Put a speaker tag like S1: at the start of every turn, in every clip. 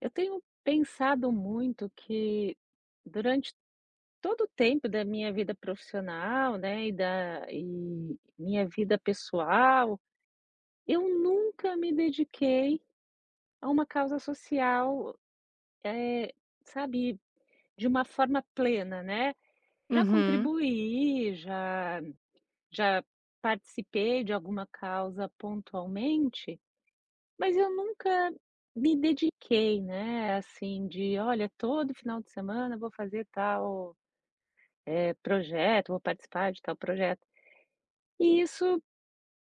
S1: Eu tenho pensado muito que durante todo o tempo da minha vida profissional, né, e da e minha vida pessoal, eu nunca me dediquei a uma causa social, eh, sabe, de uma forma plena, né. Já
S2: Uhum.
S1: contribuí, já participei de alguma causa pontualmente, mas eu nunca me dediquei, né, assim, de: "Olha, todo final de semana eu vou fazer tal, eh, projeto, vou participar de tal projeto". E isso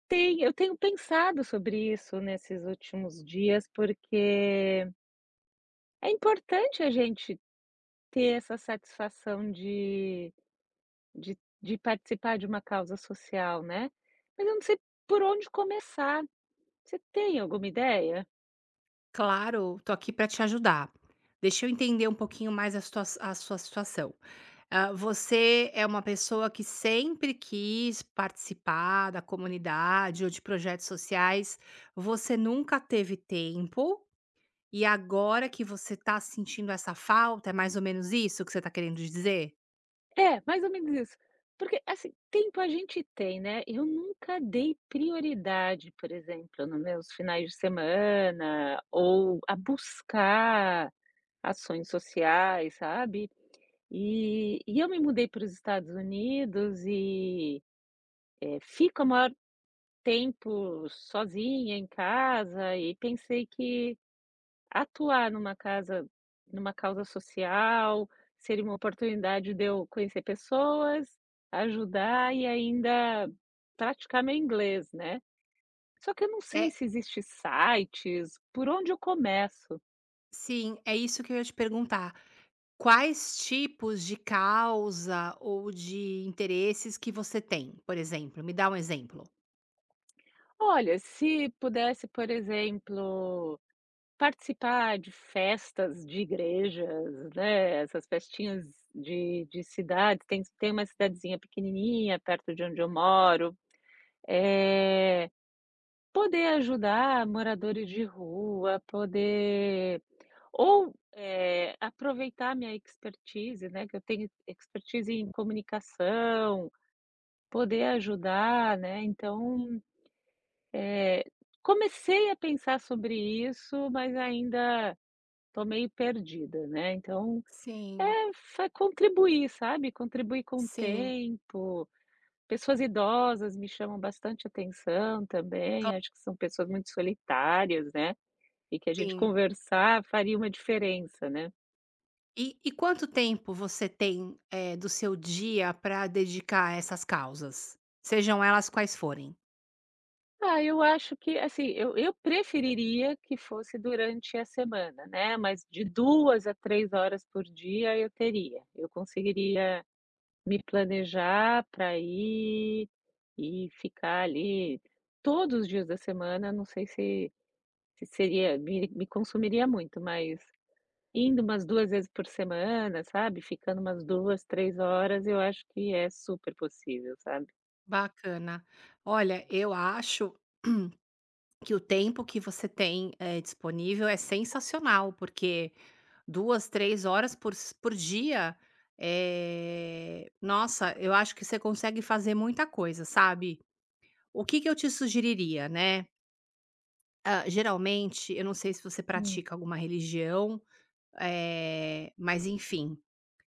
S1: tem eu tenho pensado sobre isso nesses últimos dias, porque é importante a gente ter essa satisfação de participar de uma causa social, né. Mas eu não sei por onde começar. Você tem alguma ideia?
S2: Claro, tô aqui para te ajudar. Deixa eu entender um pouquinho mais a situa a sua situação. Ah, você é uma pessoa que sempre quis participar da comunidade ou de projetos sociais, você nunca teve tempo, e agora que você tá sentindo essa falta, é mais ou menos isso que você tá querendo dizer?
S1: É, mais ou menos isso. Porque, assim, tempo a gente tem, né. Eu nunca dei prioridade, por exemplo, no meus finais de semana ou a buscar ações sociais, sabe. E eu me mudei para os Estados Unidos e, fico o maior tempo sozinha em casa e pensei que atuar numa causa social, seria uma oportunidade de eu conhecer pessoas, ajudar e ainda praticar meu inglês, né. Só que eu não
S2: É
S1: sei se existem sites, por onde eu começo?
S2: Sim, é isso que eu ia te perguntar. Quais tipos de causa ou de interesses que você tem, por exemplo? Me dá um exemplo.
S1: Olha, se pudesse, por exemplo, participar de festas de igrejas, né, essas festinhas de cidades, tem uma cidadezinha pequenininha perto de onde eu moro, é. Poder ajudar moradores de rua, poder ou, aproveitar minha expertise, né, que eu tenho expertise em comunicação, poder ajudar, né, então, eh, comecei a pensar sobre isso, mas ainda tô meio perdida, né, então,
S2: Sim,
S1: é fa contribuir, sabe, contribuir com o
S2: sim.
S1: tempo, pessoas idosas me chamam bastante atenção também,
S2: Claro.
S1: acho que são pessoas muito solitárias, né. E que a gente
S2: Sim.
S1: conversar faria uma diferença, né.
S2: E quanto tempo você tem do seu dia para dedicar a essas causas, sejam elas quais forem?
S1: Ah, eu acho que, assim, eu preferiria que fosse durante a semana, né, mas de 2 a 3 horas por dia eu teria. Eu conseguiria me planejar para ir e ficar ali todos os dias da semana, não sei se se seria me me consumiria muito, mas indo umas 2 vezes por semana, sabe, ficando umas 2 3 horas, eu acho que é super possível, sabe.
S2: Bacana. Olha, eu acho que o tempo que você tem, disponível é sensacional, porque 2 3 horas por dia, nossa, eu acho que você consegue fazer muita coisa, sabe. O que que eu te sugeriria, né. Geralmente, eu não sei se você pratica alguma religião, mas enfim,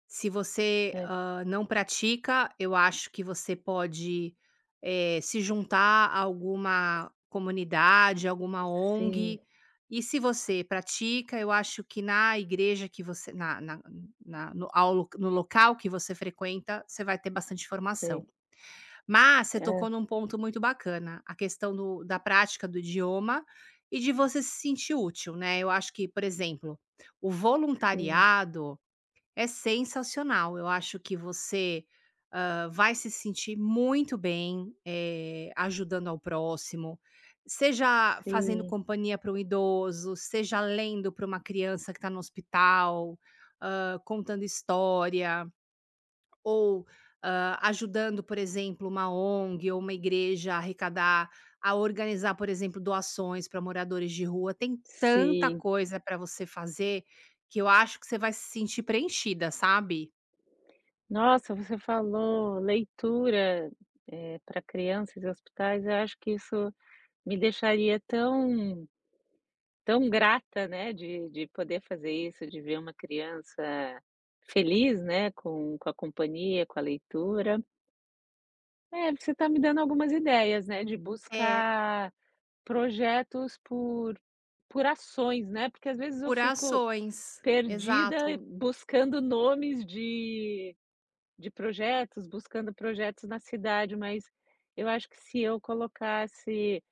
S2: se você,
S1: É.
S2: não pratica, eu acho que você pode, se juntar a alguma comunidade, alguma
S1: Sim,
S2: ONG. E se você pratica, eu acho que na igreja que você na na na no ao lo no local que você frequenta, você vai ter bastante informação.
S1: sei.
S2: Mas você
S1: É,
S2: tocou num ponto muito bacana, a questão do da prática do idioma e de você se sentir útil, né. Eu acho que, por exemplo, o
S1: sim,
S2: voluntariado é sensacional. Eu acho que você, vai se sentir muito bem, ajudando ao próximo, seja fazendo
S1: sim,
S2: companhia para um idoso, seja lendo para uma criança que está no hospital, contando história ou, ajudando, por exemplo, uma ONG ou uma igreja a arrecadar, a organizar, por exemplo, doações para moradores de rua. Tem tanta
S1: sim.
S2: coisa para você fazer que eu acho que você vai se sentir preenchida, sabe.
S1: Nossa, você falou leitura, eh, para crianças e hospitais, eu acho que isso me deixaria tão tão grata, né, de poder fazer isso, de ver uma criança feliz, né, com a companhia, com a leitura. É, você está me dando algumas ideias, né, de
S2: É,
S1: buscar projetos por ações, né, porque às vezes eu
S2: por
S1: fico
S2: ações.
S1: perdida
S2: Exato.
S1: buscando nomes de projetos, buscando projetos na cidade, mas eu acho que se eu colocasse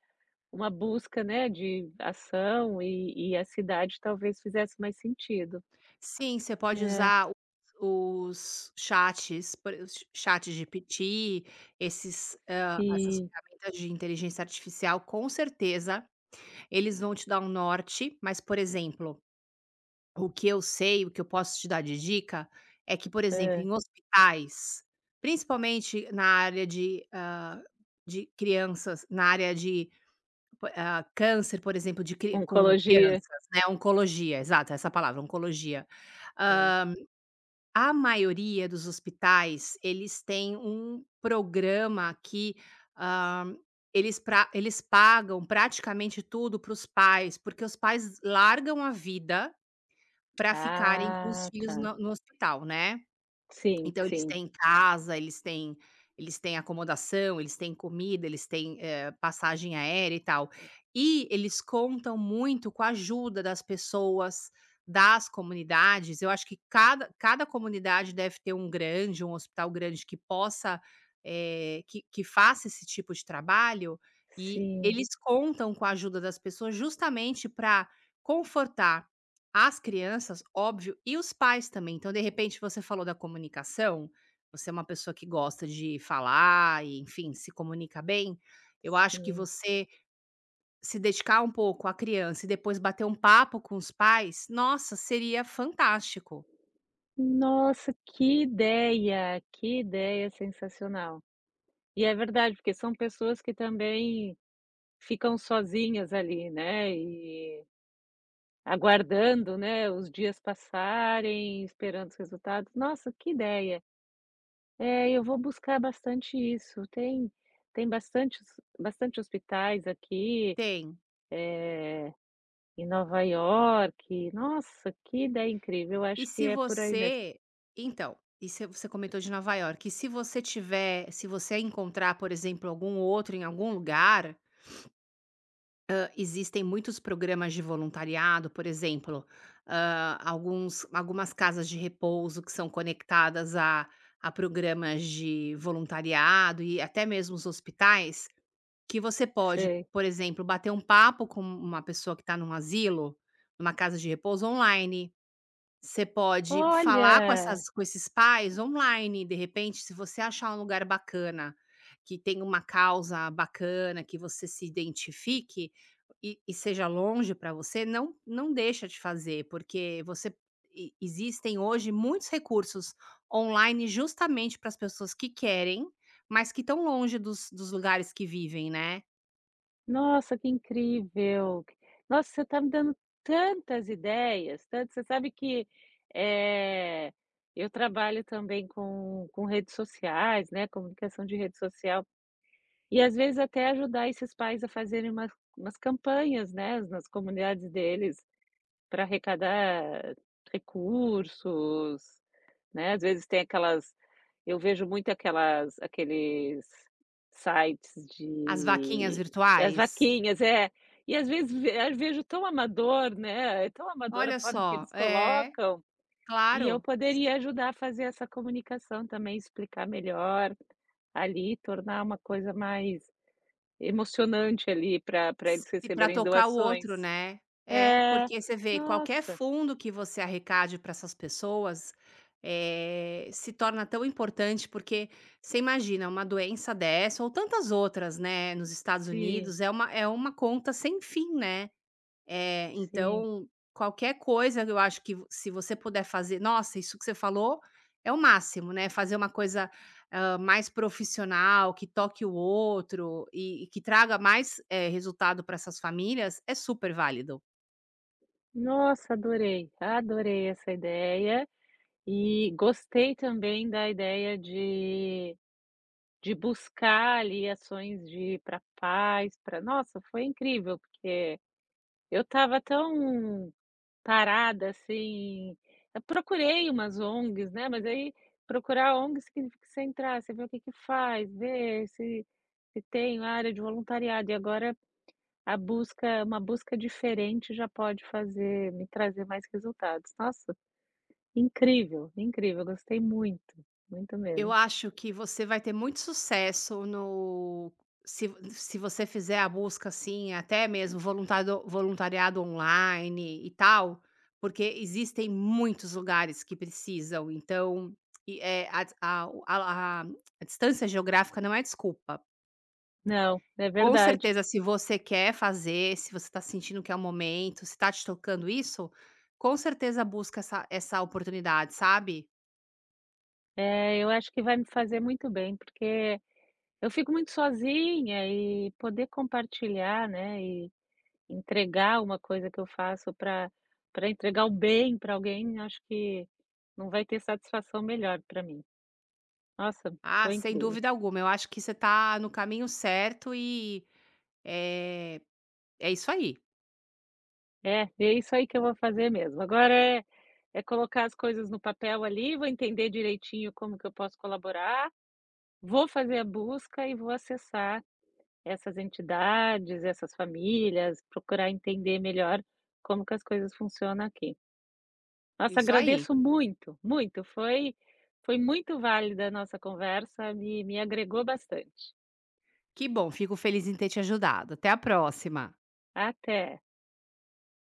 S1: uma busca, né, de ação e a cidade talvez fizesse mais sentido,
S2: Sim, você pode
S1: né.
S2: usar os chats, por o ChatGPT, esses, essas
S1: E
S2: ferramentas de inteligência artificial, com certeza eles vão te dar um norte, mas, por exemplo, o que eu sei, o que eu posso te dar de dica, é que, por exemplo,
S1: hã,
S2: em hospitais, principalmente na área de, de crianças, na área de, câncer, por exemplo, de cri com
S1: oncologia,
S2: crianças, né, oncologia, exato, essa palavra, oncologia.
S1: hã.
S2: Hã, a maioria dos hospitais, eles têm um programa que, hã, eles pagam praticamente tudo para os pais, porque os pais largam a vida para ficarem com os
S1: Ah,
S2: filhos
S1: tá.
S2: no hospital, né.
S1: Sim,
S2: Então eles
S1: sim.
S2: têm casa, eles têm acomodação, eles têm comida, eles têm, passagem aérea e tal. E eles contam muito com a ajuda das pessoas, das comunidades. Eu acho que cada comunidade deve ter um grande, um hospital grande que possa, que faça esse tipo de trabalho, e
S1: Sim,
S2: eles contam com a ajuda das pessoas justamente para confortar as crianças, óbvio, e os pais também. Então, de repente, você falou da comunicação, você é uma pessoa que gosta de falar e, enfim, se comunica bem. Eu acho que
S1: sim.
S2: você se dedicar um pouco à criança e depois bater um papo com os pais, nossa, seria fantástico.
S1: Nossa, que ideia sensacional. E é verdade, porque são pessoas que também ficam sozinhas ali, né, e aguardando, né, os dias passarem, esperando os resultados. Nossa, que ideia! É, eu vou buscar bastante isso. Tem tem bastante, bastante hospitais aqui,
S2: Tem.
S1: é, em Nova York. Nossa, que ideia incrível! Eu
S2: E
S1: acho que
S2: se
S1: é por aí mesmo.
S2: você Então, e se você comentou de Nova York e se você tiver se você encontrar, por exemplo, algum outro em algum lugar. Existem muitos programas de voluntariado, por exemplo, alguns algumas casas de repouso que são conectadas a programas de voluntariado e até mesmo os hospitais, que você pode,
S1: Sei.
S2: por exemplo, bater um papo com uma pessoa que está num asilo, numa casa de repouso, online. Você pode falar com
S1: Olha!
S2: essas com esses pais online, de repente, se você achar um lugar bacana, que tem uma causa bacana, que você se identifique e seja longe para você, não deixa de fazer, porque você e existem hoje muitos recursos online justamente para as pessoas que querem, mas que estão longe dos lugares que vivem, né.
S1: Nossa, que incrível. Nossa, você está me dando tantas ideias, tantas, você sabe que, eh, eu trabalho também com redes sociais, né, comunicação de rede social, e às vezes até ajudar esses pais a fazerem umas umas campanhas, né, nas comunidades deles para arrecadar recursos, né, às vezes tem aquelas eu vejo muito aquelas aqueles sites
S2: As vaquinhas
S1: de as
S2: virtuais.
S1: vaquinhas, é. E às vezes ve eu vejo tão amador, né, é tão amador a
S2: Olha
S1: forma que
S2: só,
S1: eles
S2: é,
S1: colocam, e eu
S2: claro.
S1: poderia ajudar a fazer essa comunicação também, explicar melhor ali, tornar uma coisa mais emocionante ali para eles
S2: Se pra
S1: receberem
S2: tocar o outro,
S1: doações.
S2: né. É,
S1: É,
S2: porque você vê, qualquer
S1: nossa,
S2: fundo que você arrecade para essas pessoas, se torna tão importante, porque você imagina uma doença dessa ou tantas outras, né, nos Estados
S1: sim.
S2: Unidos, é uma conta sem fim, né.
S1: Sim.
S2: Então, qualquer coisa que eu acho que se você puder fazer, nossa, isso que você falou é o máximo, né, fazer uma coisa, mais profissional, que toque o outro e que traga mais, resultado para essas famílias, é super válido.
S1: Nossa, adorei, adorei essa ideia e gostei também da ideia de buscar ali ações de para paz, para nossa, foi incrível, porque eu estava tão parada, assim, eu procurei umas ONGs, né, mas aí procurar ONG significa você entrar, você ver o que que faz, ver se se tem área de voluntariado, e agora A busca uma busca diferente já pode fazer me trazer mais resultados. Nossa, incrível, incrível, gostei muito, muito
S2: Eu
S1: mesmo.
S2: acho que você vai ter muito sucesso se você fizer a busca, assim, até mesmo voluntado voluntariado online e tal, porque existem muitos lugares que precisam, então e, a distância geográfica não é desculpa.
S1: Não, é
S2: Com
S1: verdade.
S2: certeza, se você quer fazer, se você está sentindo que é o momento, se está te tocando isso, com certeza busca essa oportunidade, sabe?
S1: É, eu acho que vai me fazer muito bem, porque eu fico muito sozinha e poder compartilhar, né, e entregar uma coisa que eu faço para entregar o bem para alguém, acho que não vai ter satisfação melhor para mim. Nossa,
S2: Ah,
S1: foi
S2: sem
S1: incrível.
S2: dúvida alguma. Eu acho que você tá no caminho certo e é, é isso aí.
S1: É, é isso aí que eu vou fazer mesmo. Agora é colocar as coisas no papel ali, vou entender direitinho como que eu posso colaborar, vou fazer a busca e vou acessar essas entidades, essas famílias, procurar entender melhor como que as coisas funcionam aqui. Nossa,
S2: Isso aí.
S1: agradeço muito, muito, foi muito válida a nossa conversa, me agregou bastante.
S2: Que bom, fico feliz em ter te ajudado. Até a próxima.
S1: Até.